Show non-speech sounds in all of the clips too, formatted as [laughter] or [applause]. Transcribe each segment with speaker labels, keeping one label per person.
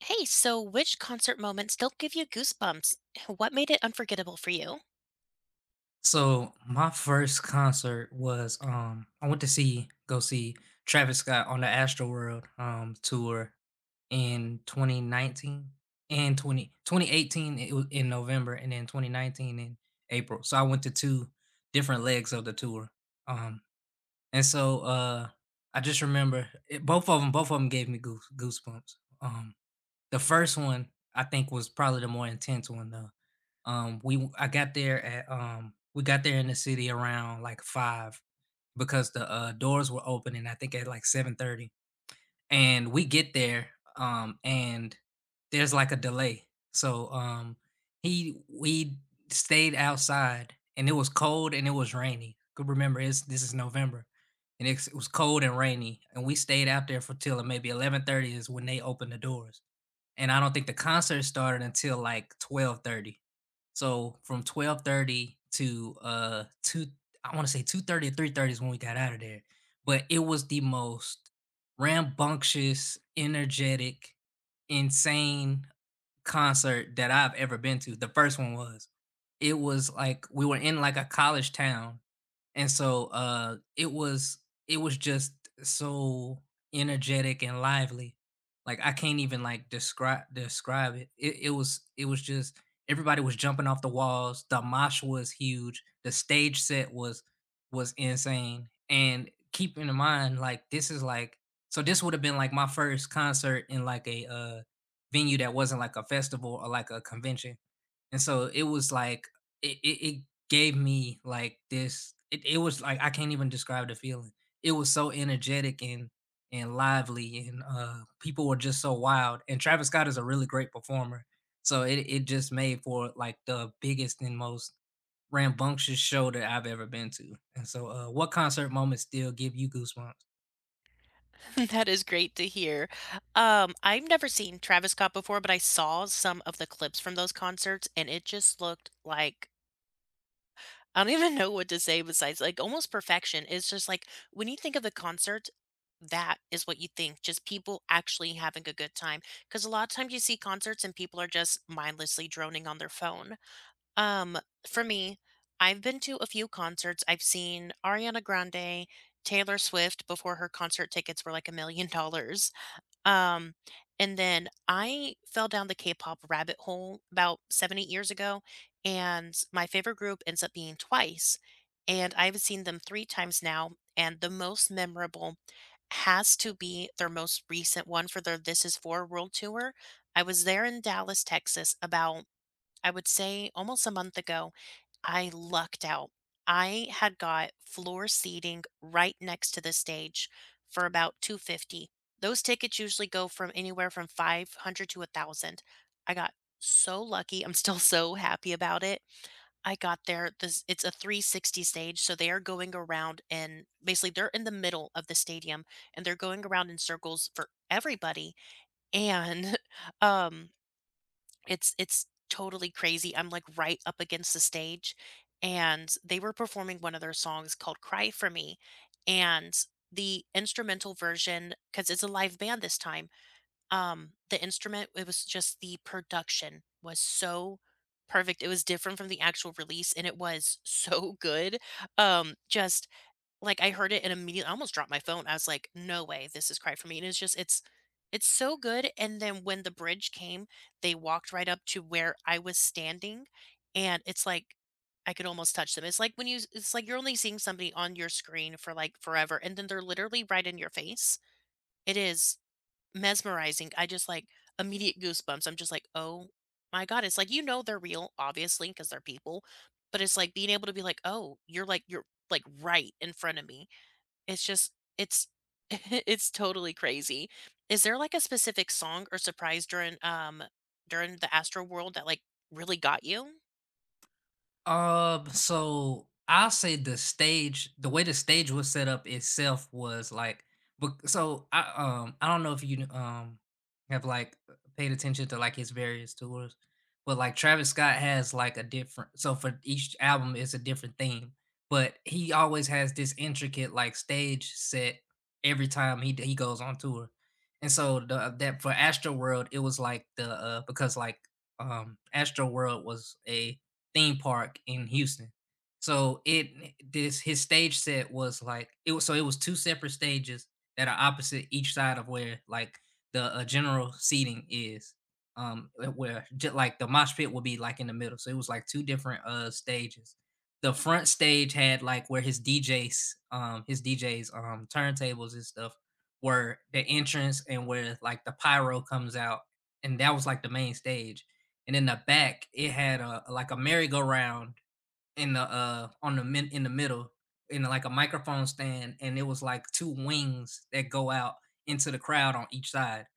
Speaker 1: Hey, so which concert moment still give you goosebumps? [laughs] What made it unforgettable for you?
Speaker 2: So my first concert was I went to see go see Travis Scott on the Astroworld tour in 2019 and 20, 2018. It was in November, and then 2019 in April. So I went to two different legs of the tour. Um and so I just remember it, both of them gave me goosebumps. Um the first one I think was probably the more intense one though. We I got there at we got there in the city around like five, because the doors were opening, I think, at like 7:30, and we get there and there's like a delay. So he we stayed outside, and it was cold and it was rainy. Could remember it's this is November, and it was cold and rainy, and we stayed out there for till maybe 11:30 is when they opened the doors, and I don't think the concert started until like 12:30. So from 12:30 to 2, I want to say 2:30 or 3:30 is when we got out of there. But it was the most rambunctious, energetic, insane concert that I've ever been to. The first one was. It was like we were in like a college town, and it was just so energetic and lively. Like, I can't even like describe it. It was just everybody was jumping off the walls. The mosh was huge. The stage set was insane. And keep in mind, like, this is like, so this would have been like my first concert in like a venue that wasn't like a festival or like a convention, and so it was like it gave me like this. It was like I can't even describe the feeling. It was so energetic and lively, and people were just so wild. And Travis Scott is a really great performer, so it just made for like the biggest and most rambunctious show that I've ever been to. And so, what concert moments still give you goosebumps?
Speaker 1: [laughs] That is great to hear. I've never seen Travis Scott before, but I saw some of the clips from those concerts and it just looked like [laughs] I don't even know what to say besides like almost perfection. It's just like when you think of the concert, that is what you think, just people actually having a good time. Because a lot of times you see concerts and people are just mindlessly droning on their phone. Um, for me, I've been to a few concerts. I've seen Ariana Grande, Taylor Swift before her concert tickets were like a million [laughs] dollars. Um, and then I fell down the K-pop rabbit hole about seven, 8 years ago, and my favorite group ends up being Twice. And I've seen them 3 times now, and the most memorable has to be their most recent one for their This Is For World Tour. I was there in Dallas, Texas about I would say almost a month ago. I lucked out. I had got floor seating right next to the stage for about 250. Those tickets usually go from anywhere from 500 to 1,000. I got so lucky. I'm still [laughs] so happy about it. I got there this it's a 360 stage, so they are going around and basically they're in the middle of the stadium and they're going around in circles for everybody. And [laughs] um it's totally crazy. I'm, like, right up against the stage, and they were performing one of their songs called "Cry for Me," and the instrumental version because it's a live band this time. The instrument It was just the production was so perfect. It was different from the actual release, and it was [laughs] so good. Just like, I heard it and immediately I almost dropped my phone. I was like, "No way, this is Cry for Me," and it's just it's so good, and then when the bridge came, they walked right up to where I was standing, and it's like I could almost touch them. It's like you're only seeing somebody on your screen for, like, forever, and then they're literally right in your face. It is mesmerizing. I just, like, immediate goosebumps. I'm just like, "Oh my god." It's like, you know they're real, obviously, because 'cause they're people, but it's like being able to be like, "Oh, you're, like, right in front of me." It's just it's [laughs] it's totally crazy. Is there, like, a specific song or surprise during, during the Astro World that, like, really got you?
Speaker 2: So I'll say the stage, the way the stage was set up itself was like, but so I don't know if you have like paid attention to like his various tours, but like Travis Scott has like a different, so for each album it's a different theme, but he always has this intricate like stage set every time he goes on tour. And so the that for Astro World, it was like the because like Astro World was a theme park in Houston. So it this his stage set was like it was so it was two separate stages that are opposite each side of where like the general seating is. Where just like the mosh pit would be like in the middle. So it was like two different stages. The front stage had like where his DJs, turntables and stuff were the entrance and where like the pyro comes out, and that was like the main stage. And in the back it had a like a merry-go-round in the on the min in the middle in the, like a microphone stand, and it was like two wings that go out into the crowd on each side.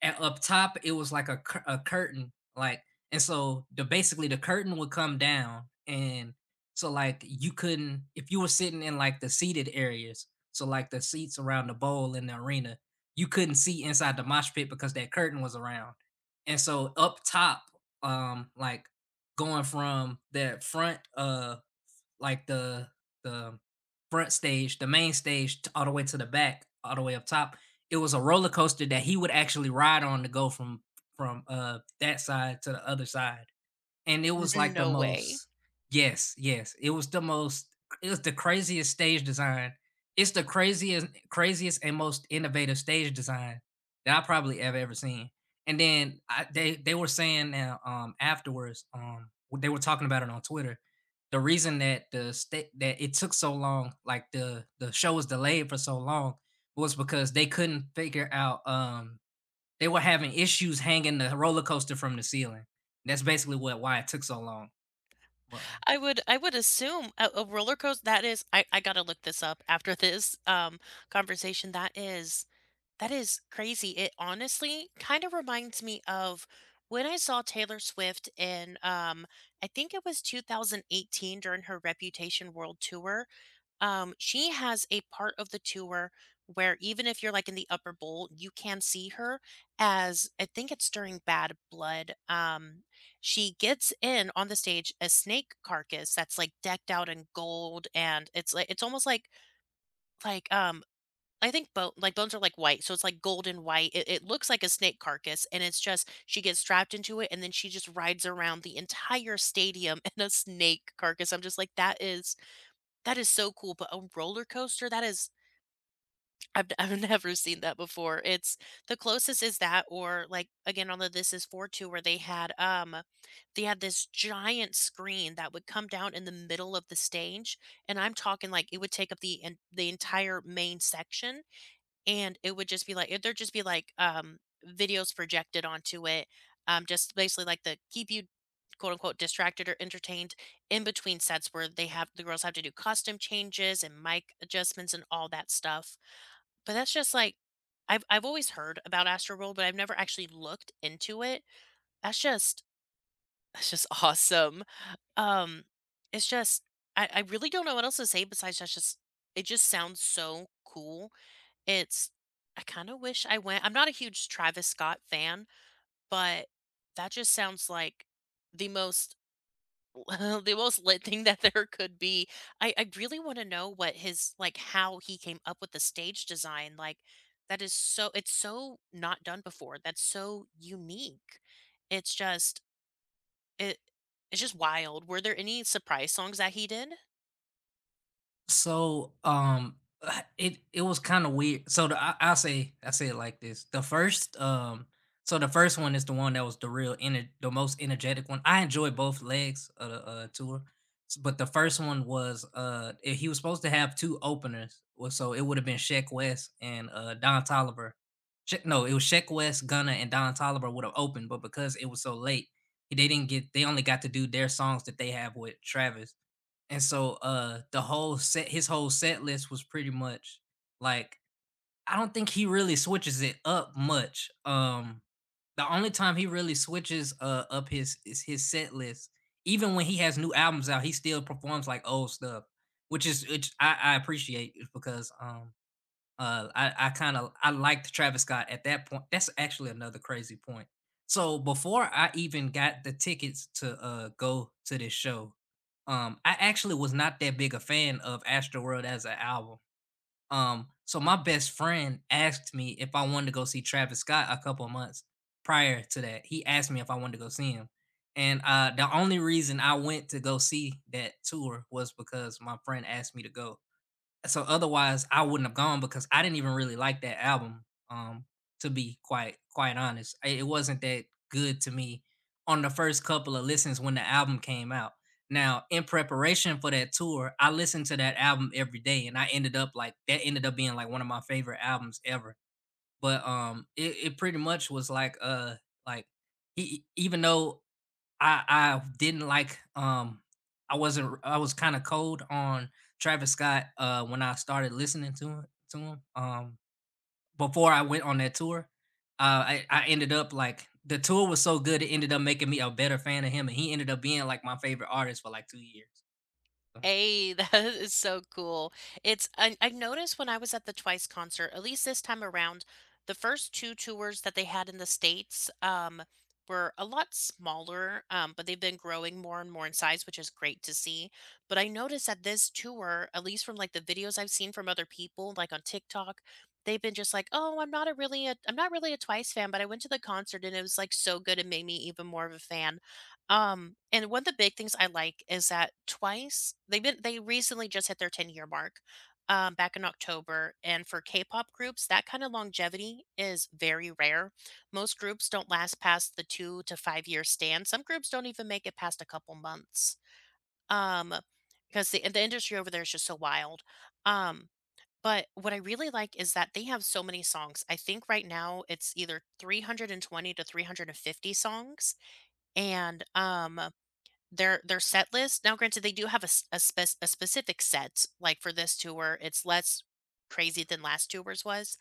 Speaker 2: And up top, it was like a curtain, like, and so the, basically the curtain would come down, and so, like, you couldn't if you were sitting in, like, the seated areas, so, like, the seats around the bowl in the arena, you couldn't see inside the mosh pit because that curtain was around. And so up top, like, going from that front, like the front stage, the main stage, all the way to the back, all the way up top, it was a roller coaster that he would actually ride on to go from that side to the other side, and it was
Speaker 1: [laughs]
Speaker 2: like the
Speaker 1: No way.
Speaker 2: most, yes, yes. It was the most, it was the craziest stage design. It's the craziest and most innovative stage design that I probably ever seen. They were saying now afterwards they were talking about it on Twitter. The reason that the state that it took so long, like the show was delayed for so long, was because they couldn't figure out, they were having issues hanging the roller coaster from the ceiling. That's basically what why it took so long. Well,
Speaker 1: I would assume a roller coaster. That is I gotta look this up after this, conversation. That is crazy. It honestly kinda reminds me of when I saw Taylor Swift in, I think it was 2018 during her Reputation World Tour. She has a part of the tour where even if you're, like, in the upper bowl, you can see her as I think it's during Bad Blood. She gets in on the stage a snake carcass that's, like, decked out in gold, and it's like it's almost like, I think bone like, bones are, like, white, so it's, like, gold and white. It looks like a snake carcass, and it's just she gets strapped into it, and then she just rides around the entire stadium [laughs] in a snake carcass. I'm just like, "That is so cool, but a roller coaster, that is I've [laughs] I've never seen that before." It's the closest is that or like again on the This Is 4 tour where they had this giant screen that would come down in the middle of the stage, and I'm talking like it would take up the entire main section, and it would just be like videos projected onto it, just basically like the keep you quote unquote distracted or entertained in between sets where they have the girls have to do costume changes and mic adjustments and all that stuff. But that's just like I've always heard about Astro World, but I've never actually looked into it. That's just that's just [laughs] awesome. Um, it's just I really don't know what else to say besides that's just it just sounds so cool. it's I kinda wish I went. I'm not a huge Travis Scott fan, but that just sounds like the most [laughs] the most lit thing that [laughs] there could be. I really wanna know how he came up with the stage design, like, that is so it's so not done before, that's so unique. It's just it it's just wild. Were there any surprise songs that he did?
Speaker 2: so, [sighs] it was kind of weird. So the I say I say it like this: the first, so the first one is the one that was the real the most energetic one. I enjoyed both legs of the tour, but the first one was he was supposed to have two openers, well, so it would have been Sheck West and Don Tolliver. No, it was Sheck West, Gunna, and Don Tolliver would have opened, but because it was so late, they didn't get. They only got to do their songs that they have with Travis. And so the whole set his whole set list was pretty much like, I don't think he really switches it up much. The only time he really switches up his is his set list, even when he has new albums out, he still performs like old stuff, which is which I appreciate is because I kind of I liked Travis Scott at that point. That's actually another crazy point. So before I even got the tickets to go to this show, I actually was not that big a fan of Astroworld as an album. So my best friend asked me if I wanted to go see Travis Scott a couple of months prior to that. He asked me if I wanted to go see him. And the only reason I went to go see that tour was because my friend asked me to go. So otherwise, I wouldn't have gone because I didn't even really like that album. To be quite honest, it wasn't that good to me on the first couple of listens when the album came out. Now, in preparation for that tour, I listened to that album every day, and I ended up like that ended up being like one of my favorite albums ever. But it, it pretty much was like like he, even though I didn't like I wasn't I was kind of cold on Travis Scott when I started listening to him to him um before I went on that tour. I ended up like the tour was so good it ended up making me a better fan of him, and he ended up being like my favorite artist for like 2 years. So
Speaker 1: Hey, [laughs] that is so cool. I noticed when I was at the Twice concert, at least this time around, the first two tours that they had in the States, were a lot smaller, but they've been growing more and more in size, which is great to see. But I noticed that this tour, at least from like the videos I've seen from other people, like on TikTok, they've been just like, "Oh, I'm not really a Twice fan, but I went to the concert and it was like so good and made me even more of a fan." And one of the big things I like is that TWICE, they recently just hit their 10-year mark, back in October, and for K-pop groups, that kind of longevity is very rare. Most groups don't last past the 2 to 5-year stand. Some groups don't even make it past a couple months. Um, because the industry over there is just so wild. Um, but what I really like is that they have so many songs. I think right now it's either 320 to 350 songs, and their set list, now granted, they do have a specific set, like, for this tour, it's less crazy than last tour's was,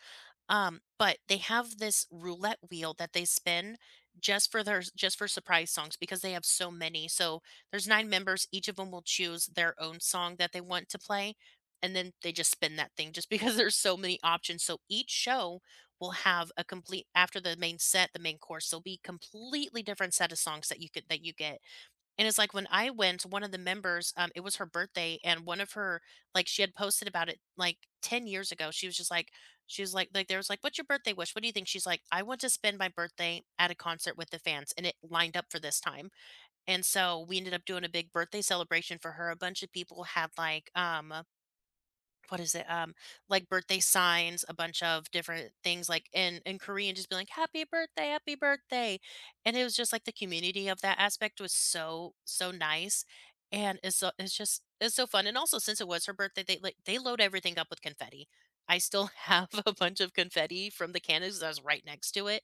Speaker 1: but they have this roulette wheel that they spin just for surprise songs because they have so many, so there's 9 members, each of them will choose their own song that they want to play, and then they just spin that thing just because [laughs] there's so many options, so each show will have a complete after the main set, the main course, there'll be completely different set of songs that you could that you get, and it's like when I went, one of the members, it was her birthday, and one of her like she had posted about it like 10 years ago. She was just like, like there was like, what's your birthday wish? What do you think? She's like, I want to spend my birthday at a concert with the fans, and it lined up for this time. And so we ended up doing a big birthday celebration for her. A bunch of people had like what is it? Like birthday signs, a bunch of different things like in Korean, just be like happy birthday," and it was just like the community of that aspect was so so nice, and it's just it's so fun. And also, since it was her birthday, they load everything up with confetti. I still have [laughs] a bunch of confetti from the cannons that was right next to it,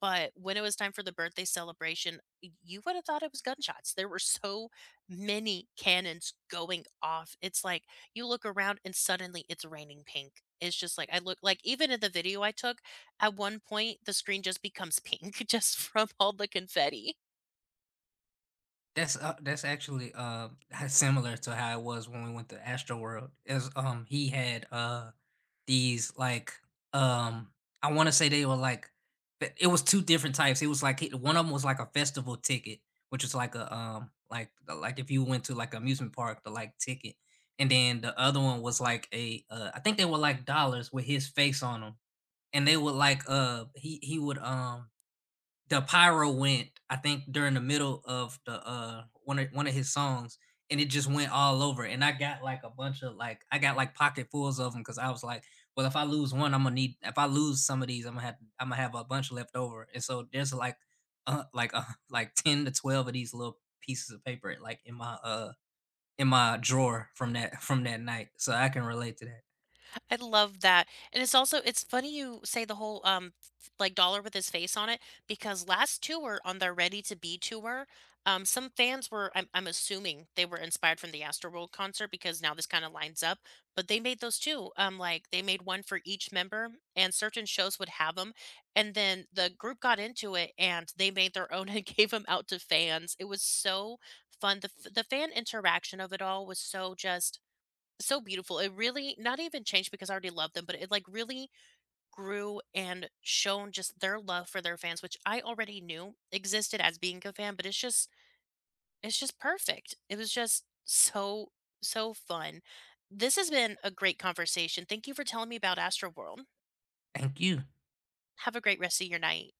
Speaker 1: but when it was time for the birthday celebration, y you would have thought it was gunshots. There were so many cannons going off. It's like you look around and suddenly it's raining pink. It's just like I look like even in the video I took, at one point, the screen just becomes pink [laughs] just from all the confetti.
Speaker 2: that's actually [laughs] similar to how it was when we went to Astroworld. As he had these like um I want to say they were like, it was two different types. It was like one of them was like a festival ticket, which was like a like if you went to like amusement park the like ticket, and then the other one was like a I think they were like dollars with his face on them, and they would like he would the pyro went, I think, during the middle of the one of his songs, and it just went all over. And I got like a bunch of like I got like pocketfuls of them because I was like, well, if I lose one, I'm gonna need if I lose some of these, I'm gonna have a bunch left over. And so there's like uh like uh [laughs] like 10 to 12 of these little pieces of paper like in my drawer from that night. So I can relate to that.
Speaker 1: I love that, and it's also it's funny you say the whole, like, dollar with his face on it, because last tour on their Ready to Be tour, some fans were I'm assuming they were inspired from the Astroworld concert because now this kinda lines up, but they made those too, like, they made one for each member, and certain shows would have them, and then the group got into it, and they made their own [laughs] and gave them out to fans. It was so fun. The fan interaction of it all was so just so beautiful. It really not even changed because I already loved them, but it, like, really grew and shown just their love for their fans, which I already knew existed as being a fan, but it's just perfect. It was just so, so fun. This has been a great conversation. Thank you for telling me about Astroworld.
Speaker 2: Thank you.
Speaker 1: Have a great rest of your night.